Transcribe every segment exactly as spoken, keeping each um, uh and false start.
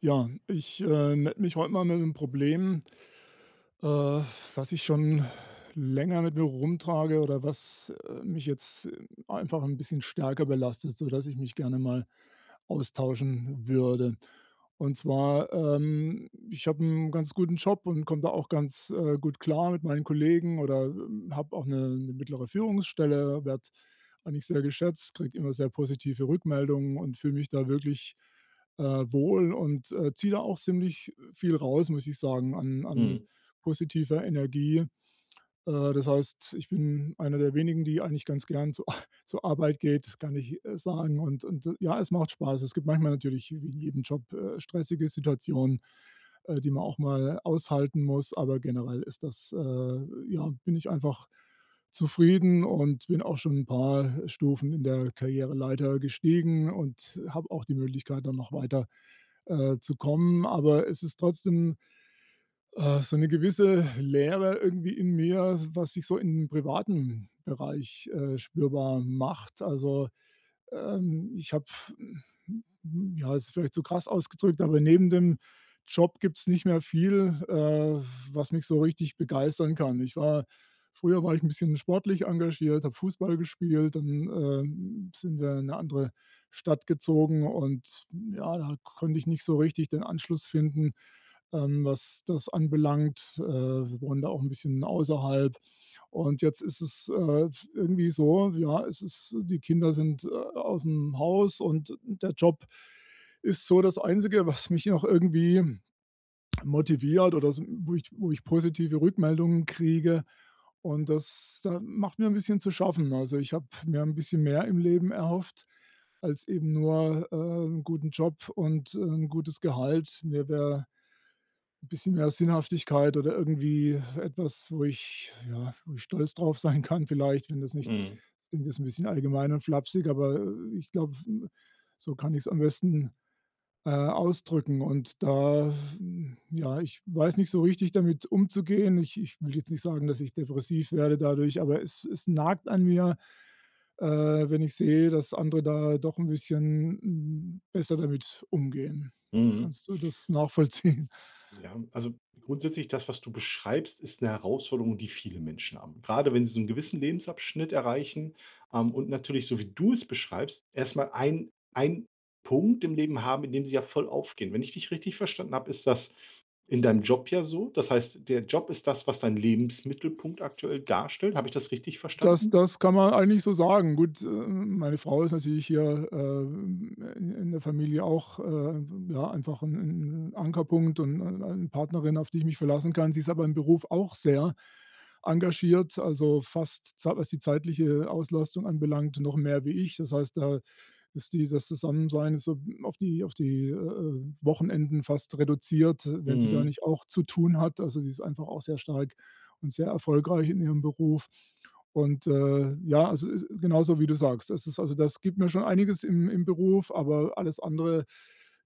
Ja, ich, äh, melde mich heute mal mit 'nem Problem, äh, was ich schon länger mit mir rumtrage oder was, äh, mich jetzt äh, einfach ein bisschen stärker belastet, sodass ich mich gerne mal austauschen würde. Und zwar, ähm, ich habe einen ganz guten Job und komme da auch ganz, äh, gut klar mit meinen Kollegen oder, ähm, habe auch eine 'ne mittlere Führungsstelle, werde eigentlich sehr geschätzt, kriege immer sehr positive Rückmeldungen und fühle mich da wirklich, äh, wohl und, äh, ziehe da auch ziemlich viel raus, muss ich sagen, an an Mhm, positiver Energie. Äh, das heißt, ich bin einer der wenigen, die eigentlich ganz gern zu zur Arbeit geht, kann ich, äh, sagen. Und und, äh, ja, es macht Spaß. Es gibt manchmal natürlich wie in jedem Job, äh, stressige Situationen, äh, die man auch mal aushalten muss, aber generell ist das, äh ja, bin ich einfach zufrieden und bin auch schon ein paar Stufen in der Karriereleiter gestiegen und habe auch die Möglichkeit, dann noch weiter, äh, zu kommen. Aber es ist trotzdem äh, so eine gewisse Leere irgendwie in mir, was sich so im privaten Bereich, äh, spürbar macht. Also, ähm, ich habe hm, ja, ist vielleicht zu krass ausgedrückt, aber neben dem Job gibt's nicht mehr viel, äh, was mich so richtig begeistern kann. Ich war früher war ich ein bisschen sportlich engagiert, habe Fußball gespielt, dann, ähm, sind wir in eine andere Stadt gezogen und ja, da konnte ich nicht so richtig den Anschluss finden ähm, was das anbelangt. Äh, wir wohnen da auch ein bisschen außerhalb. Und jetzt ist es, äh, irgendwie so, ja, es ist die Kinder sind, äh, aus dem Haus und der Job ist so das Einzige, was mich noch irgendwie motiviert oder s wo ich wo ich positive Rückmeldungen kriege. Und das, äh, macht mir ein bisschen zu schaffen. Also, ich habe mir ein bisschen mehr im Leben erhofft als eben nur, äh, 'n guten Job und, äh, 'n gutes Gehalt. Mir wäre bisschen mehr Sinnhaftigkeit oder irgendwie etwas, wo ich ja, wo ich stolz drauf sein kann vielleicht, wenn das nicht mhm, das klingt jetzt 'n bisschen allgemein und flapsig, aber, äh, ich glaube, hm, so kann ich es am besten, äh, ausdrücken. Und da hm, ja, ich weiß nicht so richtig, damit umzugehen. Ich ich will jetzt nicht sagen, dass ich depressiv werde dadurch, aber es es nagt an mir, äh, wenn ich sehe, dass andere da doch ein bisschen, hm, besser damit umgehen. mhm. Kannst du das nachvollziehen? Ja, also grundsätzlich das, was du beschreibst, ist eine Herausforderung, die viele Menschen haben. Gerade wenn sie so einen gewissen Lebensabschnitt erreichen, ähm, und natürlich, so wie du es beschreibst, erstmal ein ein Punkt im Leben haben, in dem sie ja voll aufgehen. Wenn ich dich richtig verstanden habe, ist das in deinem Job ja so. Das heißt, der Job ist das, was dein Lebensmittelpunkt aktuell darstellt. Habe ich das richtig Das verstanden? das kann man eigentlich so sagen. Gut, ähm, meine Frau ist natürlich hier, ähm, in in der Familie auch, äh, ja, einfach 'n 'n Ankerpunkt und ein eine Partnerin, auf die ich mich verlassen kann. Sie ist aber im Beruf auch sehr engagiert, also fast za was die zeitliche Auslastung anbelangt, noch mehr wie ich. Das heißt, da ist die das Zusammensein ist so auf die auf die, äh, äh, Wochenenden fast reduziert, wenn sie da Mhm. nicht auch zu tun hat. Also, sie ist einfach auch sehr stark und sehr erfolgreich in ihrem Beruf. Und, äh, ja, also, ist genauso wie du sagst. Das ist also das gibt mir schon einiges im im Beruf, aber alles andere,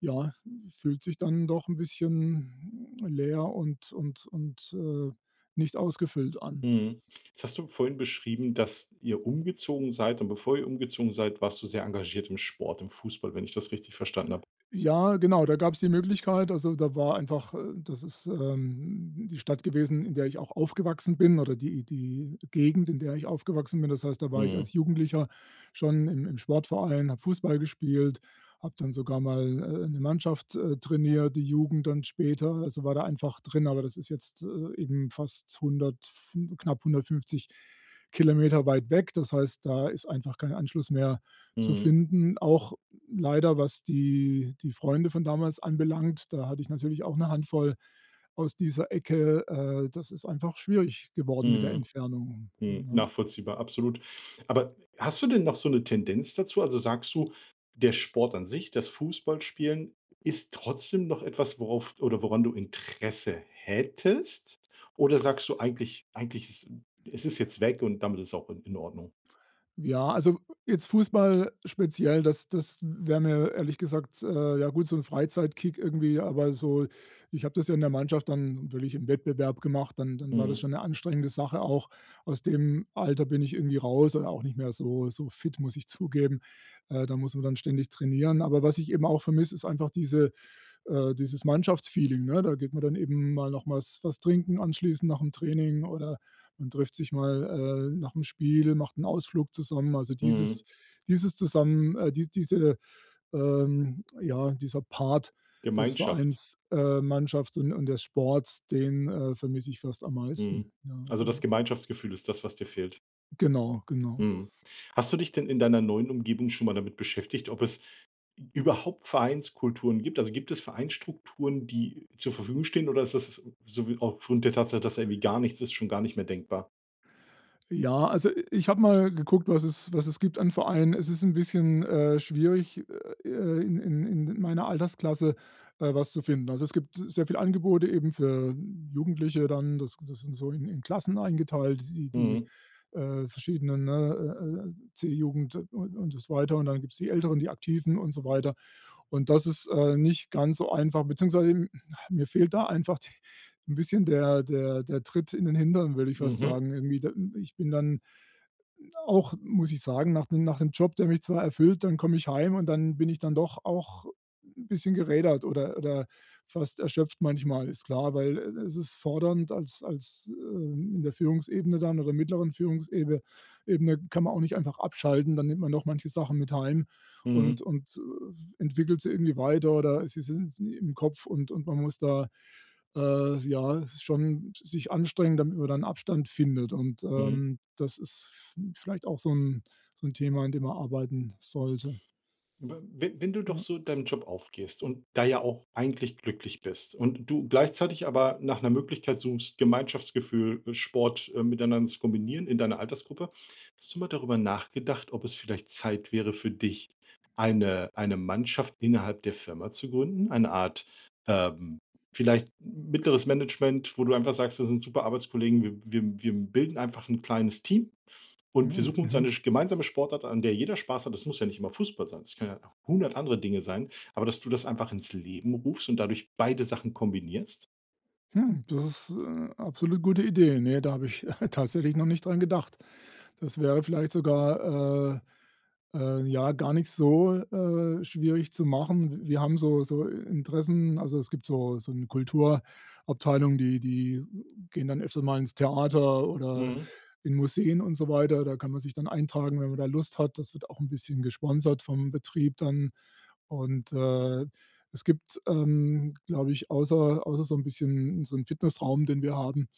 ja, fühlt sich dann doch ein bisschen leer und und und, äh, nicht ausgefüllt an. Mhm. Jetzt hast du vorhin beschrieben, dass ihr umgezogen seid und bevor ihr umgezogen seid, warst du sehr engagiert im Sport, im Fußball, wenn ich das richtig verstanden habe. Ja, genau, da gab's die Möglichkeit. Also, da war einfach äh, das ist, ähm, die Stadt gewesen, in der ich auch aufgewachsen bin oder die die Gegend, in der ich aufgewachsen bin. Das heißt, da war ich als Mhm. Jugendlicher schon im im Sportverein, habe Fußball gespielt, habe dann sogar mal, äh, 'ne Mannschaft, äh, trainiert, die Jugend dann später. Also, war da einfach drin, aber das ist jetzt, äh, eben fast hundert, knapp hundertfünfzig Kilometer weit weg. Das heißt, da ist einfach kein Anschluss mehr zu Mhm. finden. Auch leider, was die die Freunde von damals anbelangt, da hatte ich natürlich auch eine Handvoll aus dieser Ecke. Äh, das ist einfach schwierig geworden mit der Mhm. Entfernung, Mhm. ne? Nachvollziehbar, absolut. Aber hast du denn noch so eine Tendenz dazu? Also sagst du, der Sport an sich, das Fußballspielen, ist trotzdem noch etwas, worauf oder woran du Interesse hättest? Oder sagst du eigentlich, eigentlich ist, es ist jetzt weg und damit ist auch in, in Ordnung? Ja, also jetzt Fußball speziell, das das wäre mir ehrlich gesagt äh, ja gut, so ein Freizeitkick irgendwie, aber so ich habe das ja in der Mannschaft dann natürlich im Wettbewerb gemacht, dann dann war das Mhm. schon eine anstrengende Sache auch. Aus dem Alter bin ich irgendwie raus oder auch nicht mehr so so fit, muss ich zugeben. Äh, da muss man dann ständig trainieren. Aber was ich eben auch vermisse, ist einfach diese äh, dieses Mannschaftsfeeling, ne? Da geht man dann eben mal noch mal was was trinken anschließend nach dem Training oder man trifft sich mal, äh, nach dem Spiel, macht einen Ausflug zusammen. Also, dieses Mhm. dieses zusammen äh, die diese, ähm ja, dieser Part des Gemeinschaft. Vereins äh, Mannschaft und und des Sports, den, äh, vermisse ich fast am meisten. Mhm. Ja, Also, das ja. Gemeinschaftsgefühl ist das, was dir fehlt. Genau, genau. Mhm. Hast du dich denn in deiner neuen Umgebung schon mal damit beschäftigt, ob es überhaupt Vereinskulturen gibt? Also, gibt es Vereinsstrukturen, die zur Verfügung stehen oder ist das so wie aufgrund der Tatsache, dass da irgendwie gar nichts ist, schon gar nicht mehr denkbar? Ja, also ich habe mal geguckt, was es was es gibt an Vereinen. Es ist ein bisschen, äh, schwierig, äh, in in in meiner Altersklasse, äh, was zu finden. Also, es gibt sehr viel Angebote eben für Jugendliche dann. Das das sind so in in Klassen eingeteilt, die die, Mhm. äh, verschiedenen, ne, äh, äh, C-Jugend und und das weiter und dann gibt es die Älteren, die Aktiven und so weiter. Und das ist, äh, nicht ganz so einfach, beziehungsweise, hm, mir fehlt da einfach ein bisschen der der der Tritt in den Hintern, würde ich fast Mhm. sagen. Irgendwie da ich bin dann auch, muss ich sagen, nach 'nem nach 'nem Job, der mich zwar erfüllt, dann komme ich heim und dann bin ich dann doch auch ein bisschen gerädert oder oder fast erschöpft manchmal, ist klar, weil, äh, es ist fordernd als als, ähm, in der Führungsebene dann oder mittleren Führungsebene Ebene kann man auch nicht einfach abschalten, dann nimmt man doch manche Sachen mit heim und Mhm. und, äh, entwickelt sie irgendwie weiter oder sie sind im Kopf und und man muss da, äh, ja, schon sich anstrengen, damit man dann Abstand findet und, Mhm. ähm, das ist vielleicht auch so ein so 'n Thema, an dem man arbeiten sollte, W wenn wenn du doch ne? so deinem Job aufgehst und da ja auch eigentlich glücklich bist und du gleichzeitig aber nach einer Möglichkeit suchst, Gemeinschaftsgefühl, äh, Sport, äh, miteinander zu kombinieren in deiner Altersgruppe, hast du mal darüber nachgedacht, ob es vielleicht Zeit wäre für dich, eine eine Mannschaft innerhalb der Firma zu gründen? Eine Art, ähm, vielleicht mittleres Management, wo du einfach sagst: „Das sind super Arbeitskollegen, wir wir wir bilden einfach ein kleines Team.“ Und wir Mhm, suchen uns mhm. eine gemeinsame Sportart, an der jeder Spaß hat. Das muss ja nicht immer Fußball sein. Das können ja hundert andere Dinge sein, aber dass du das einfach ins Leben rufst und dadurch beide Sachen kombinierst. Hm, das ist, äh, absolut gute Idee. Ne, da habe ich tatsächlich noch nicht dran gedacht. Das wäre vielleicht sogar, äh, äh, ja, gar nicht so, äh, schwierig zu machen. Wir haben so so Interessen also, es gibt so so eine Kulturabteilung, die die gehen dann öfter mal ins Theater oder Mhm. in Museen und so weiter. Da kann man sich dann eintragen, wenn man da Lust hat. Das wird auch ein bisschen gesponsert vom Betrieb dann. Und, äh, es gibt, ähm, glaube ich, außer außer so ein bisschen so 'n Fitnessraum, den wir haben,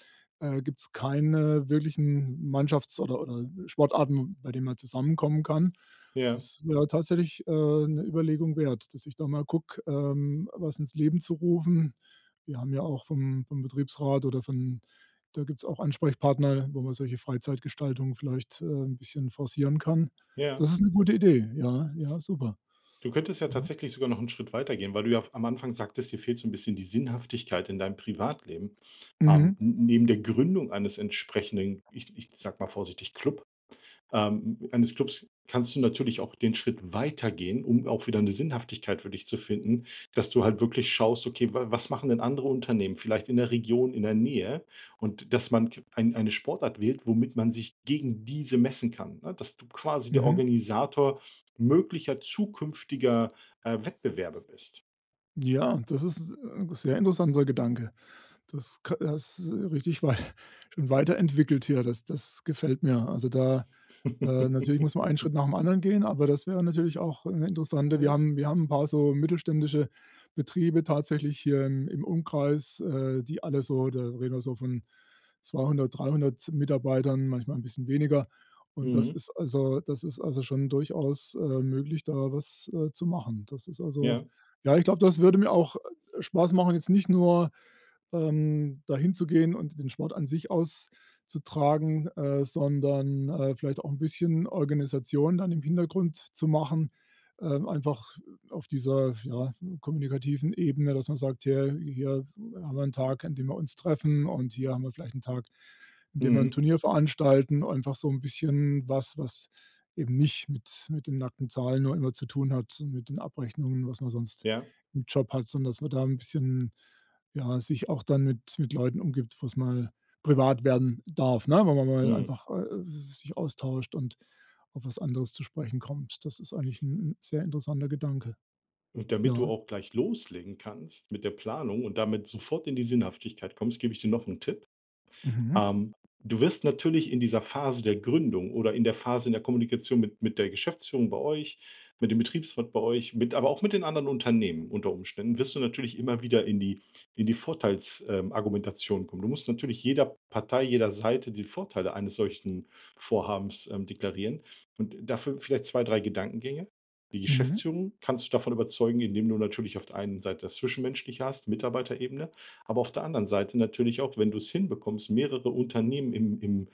äh, gibt es keine wirklichen Mannschafts oder oder Sportarten, bei denen man zusammenkommen kann. Ja, Das wäre tatsächlich, äh, 'ne Überlegung wert, dass ich da mal gucke, ähm, was ins Leben zu rufen. Wir haben ja auch vom vom Betriebsrat oder von da gibt es auch Ansprechpartner, wo man solche Freizeitgestaltung vielleicht, äh, 'n bisschen forcieren kann. ja. Das ist eine gute Idee. Ja, ja, super. Du könntest ja Mhm. tatsächlich sogar noch einen Schritt weitergehen, weil du ja am Anfang sagtest, dir fehlt so ein bisschen die Sinnhaftigkeit in deinem Privatleben. Ähm, Mhm. n neben der Gründung eines entsprechenden, ich ich sage mal vorsichtig, Club, ähm, eines Clubs kannst du natürlich auch den Schritt weitergehen, um auch wieder eine Sinnhaftigkeit für dich zu finden, dass du halt wirklich schaust: „Okay, wa was machen denn andere Unternehmen vielleicht in der Region, in der Nähe?“ Und dass man k ein eine Sportart wählt, womit man sich gegen diese messen kann, ne? Dass du quasi der Mhm. Organisator möglicher zukünftiger, äh, Wettbewerbe bist. Ja, das ist 'n sehr interessanter Gedanke. Das ka hast, äh, richtig wei schon weiterentwickelt hier. Das das gefällt mir. Also, da Äh, natürlich muss man einen Schritt nach dem anderen gehen, aber das wäre natürlich auch eine interessante wir Ja. haben wir haben ein paar so mittelständische Betriebe tatsächlich hier im im Umkreis, äh, die alle so da reden wir so von zweihundert, dreihundert Mitarbeitern, manchmal ein bisschen weniger. Und das Mhm. ist also das ist also schon durchaus, äh, möglich, da was, äh, zu machen. Das ist also Ja. ja, ich glaube, das würde mir auch, äh, Spaß machen, jetzt nicht nur, ähm, dahin zu gehen und den Sport an sich aus zu tragen, äh, sondern, äh, vielleicht auch ein bisschen Organisation dann im Hintergrund zu machen, ähm, einfach auf dieser, ja, kommunikativen Ebene, dass man sagt: „Hier hier haben wir einen Tag, an dem wir uns treffen und hier haben wir vielleicht einen Tag, an dem wir ein Mhm. Turnier veranstalten.“ Einfach so ein bisschen was, was eben nicht mit mit den nackten Zahlen nur immer zu tun hat mit den Abrechnungen, was man sonst Ja. im Job hat, sondern dass man da ein bisschen, ja, sich auch dann mit mit Leuten umgibt, wo's mal privat werden darf, ne? Wenn man mal Mhm. einfach, äh, sich austauscht und auf was anderes zu sprechen kommt. Das ist eigentlich ein 'n sehr interessanter Gedanke. Und damit du Ja. auch gleich loslegen kannst mit der Planung und damit sofort in die Sinnhaftigkeit kommst, gebe ich dir noch einen Tipp. Mhm. Ähm, du wirst natürlich in dieser Phase der Gründung oder in der Phase in der Kommunikation mit mit der Geschäftsführung bei euch, mit dem Betriebsrat bei euch, mit aber auch mit den anderen Unternehmen unter Umständen, wirst du natürlich immer wieder in die in die Vorteilsargumentation, ähm, Argumentation kommen. Du musst natürlich jeder Partei, jeder Seite die Vorteile eines solchen Vorhabens, ähm, deklarieren und dafür vielleicht zwei drei Gedankengänge. Die Mhm. Geschäftsführung kannst du davon überzeugen, indem du natürlich auf der einen Seite das Zwischenmenschliche hast, Mitarbeiterebene. Aber auf der anderen Seite natürlich auch, wenn du es hinbekommst, mehrere Unternehmen im im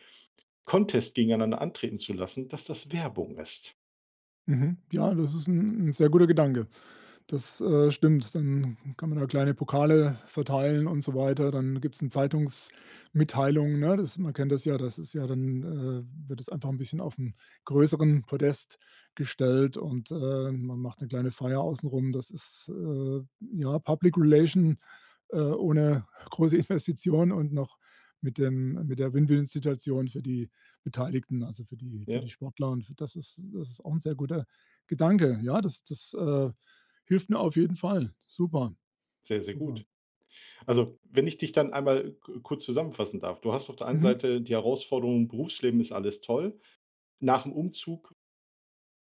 Contest gegeneinander antreten zu lassen, dass das Werbung ist. Mhm. Ja, das ist ein 'n sehr guter Gedanke. Das, äh, stimmt. Dann kann man da kleine Pokale verteilen und so weiter. Dann gibt es eine Zeitungsmitteilung, ne? Das man kennt das ja, das ist ja dann, äh wird es einfach ein bisschen auf 'n größeren Podest gestellt und, äh, man macht eine kleine Feier außenrum. Das ist, äh, ja, Public Relation, äh, ohne große Investition und noch mit dem mit der Win-Win-Situation für die Beteiligten, also für die für Ja, die Sportler und f das ist das ist auch ein sehr guter Gedanke. Ja, das das, äh Hilft mir auf jeden Fall. Super, sehr, sehr super. gut. Also, wenn ich dich dann einmal ku kurz zusammenfassen darf. Du hast auf der einen Mhm. Seite die Herausforderung, Berufsleben ist alles toll. Nach dem Umzug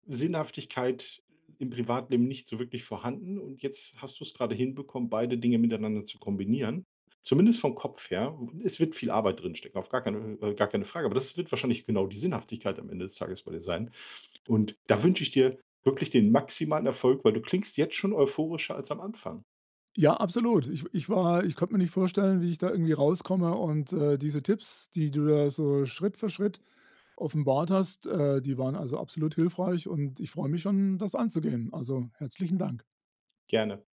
Sinnhaftigkeit im Privatleben nicht so wirklich vorhanden und jetzt hast du es gerade hinbekommen, beide Dinge miteinander zu kombinieren. Zumindest vom Kopf her. Es wird viel Arbeit drinstecken, auf gar keine äh, gar keine Frage, aber das wird wahrscheinlich genau die Sinnhaftigkeit am Ende des Tages bei dir sein. Und da wünsche ich dir wirklich den maximalen Erfolg, weil du klingst jetzt schon euphorischer als am Anfang. Ja, absolut. Ich ich war ich konnte mir nicht vorstellen, wie ich da irgendwie rauskomme und, äh, diese Tipps, die du da so Schritt für Schritt offenbart hast, äh, die waren also absolut hilfreich und ich freue mich schon, das anzugehen. Also, herzlichen Dank. Gerne.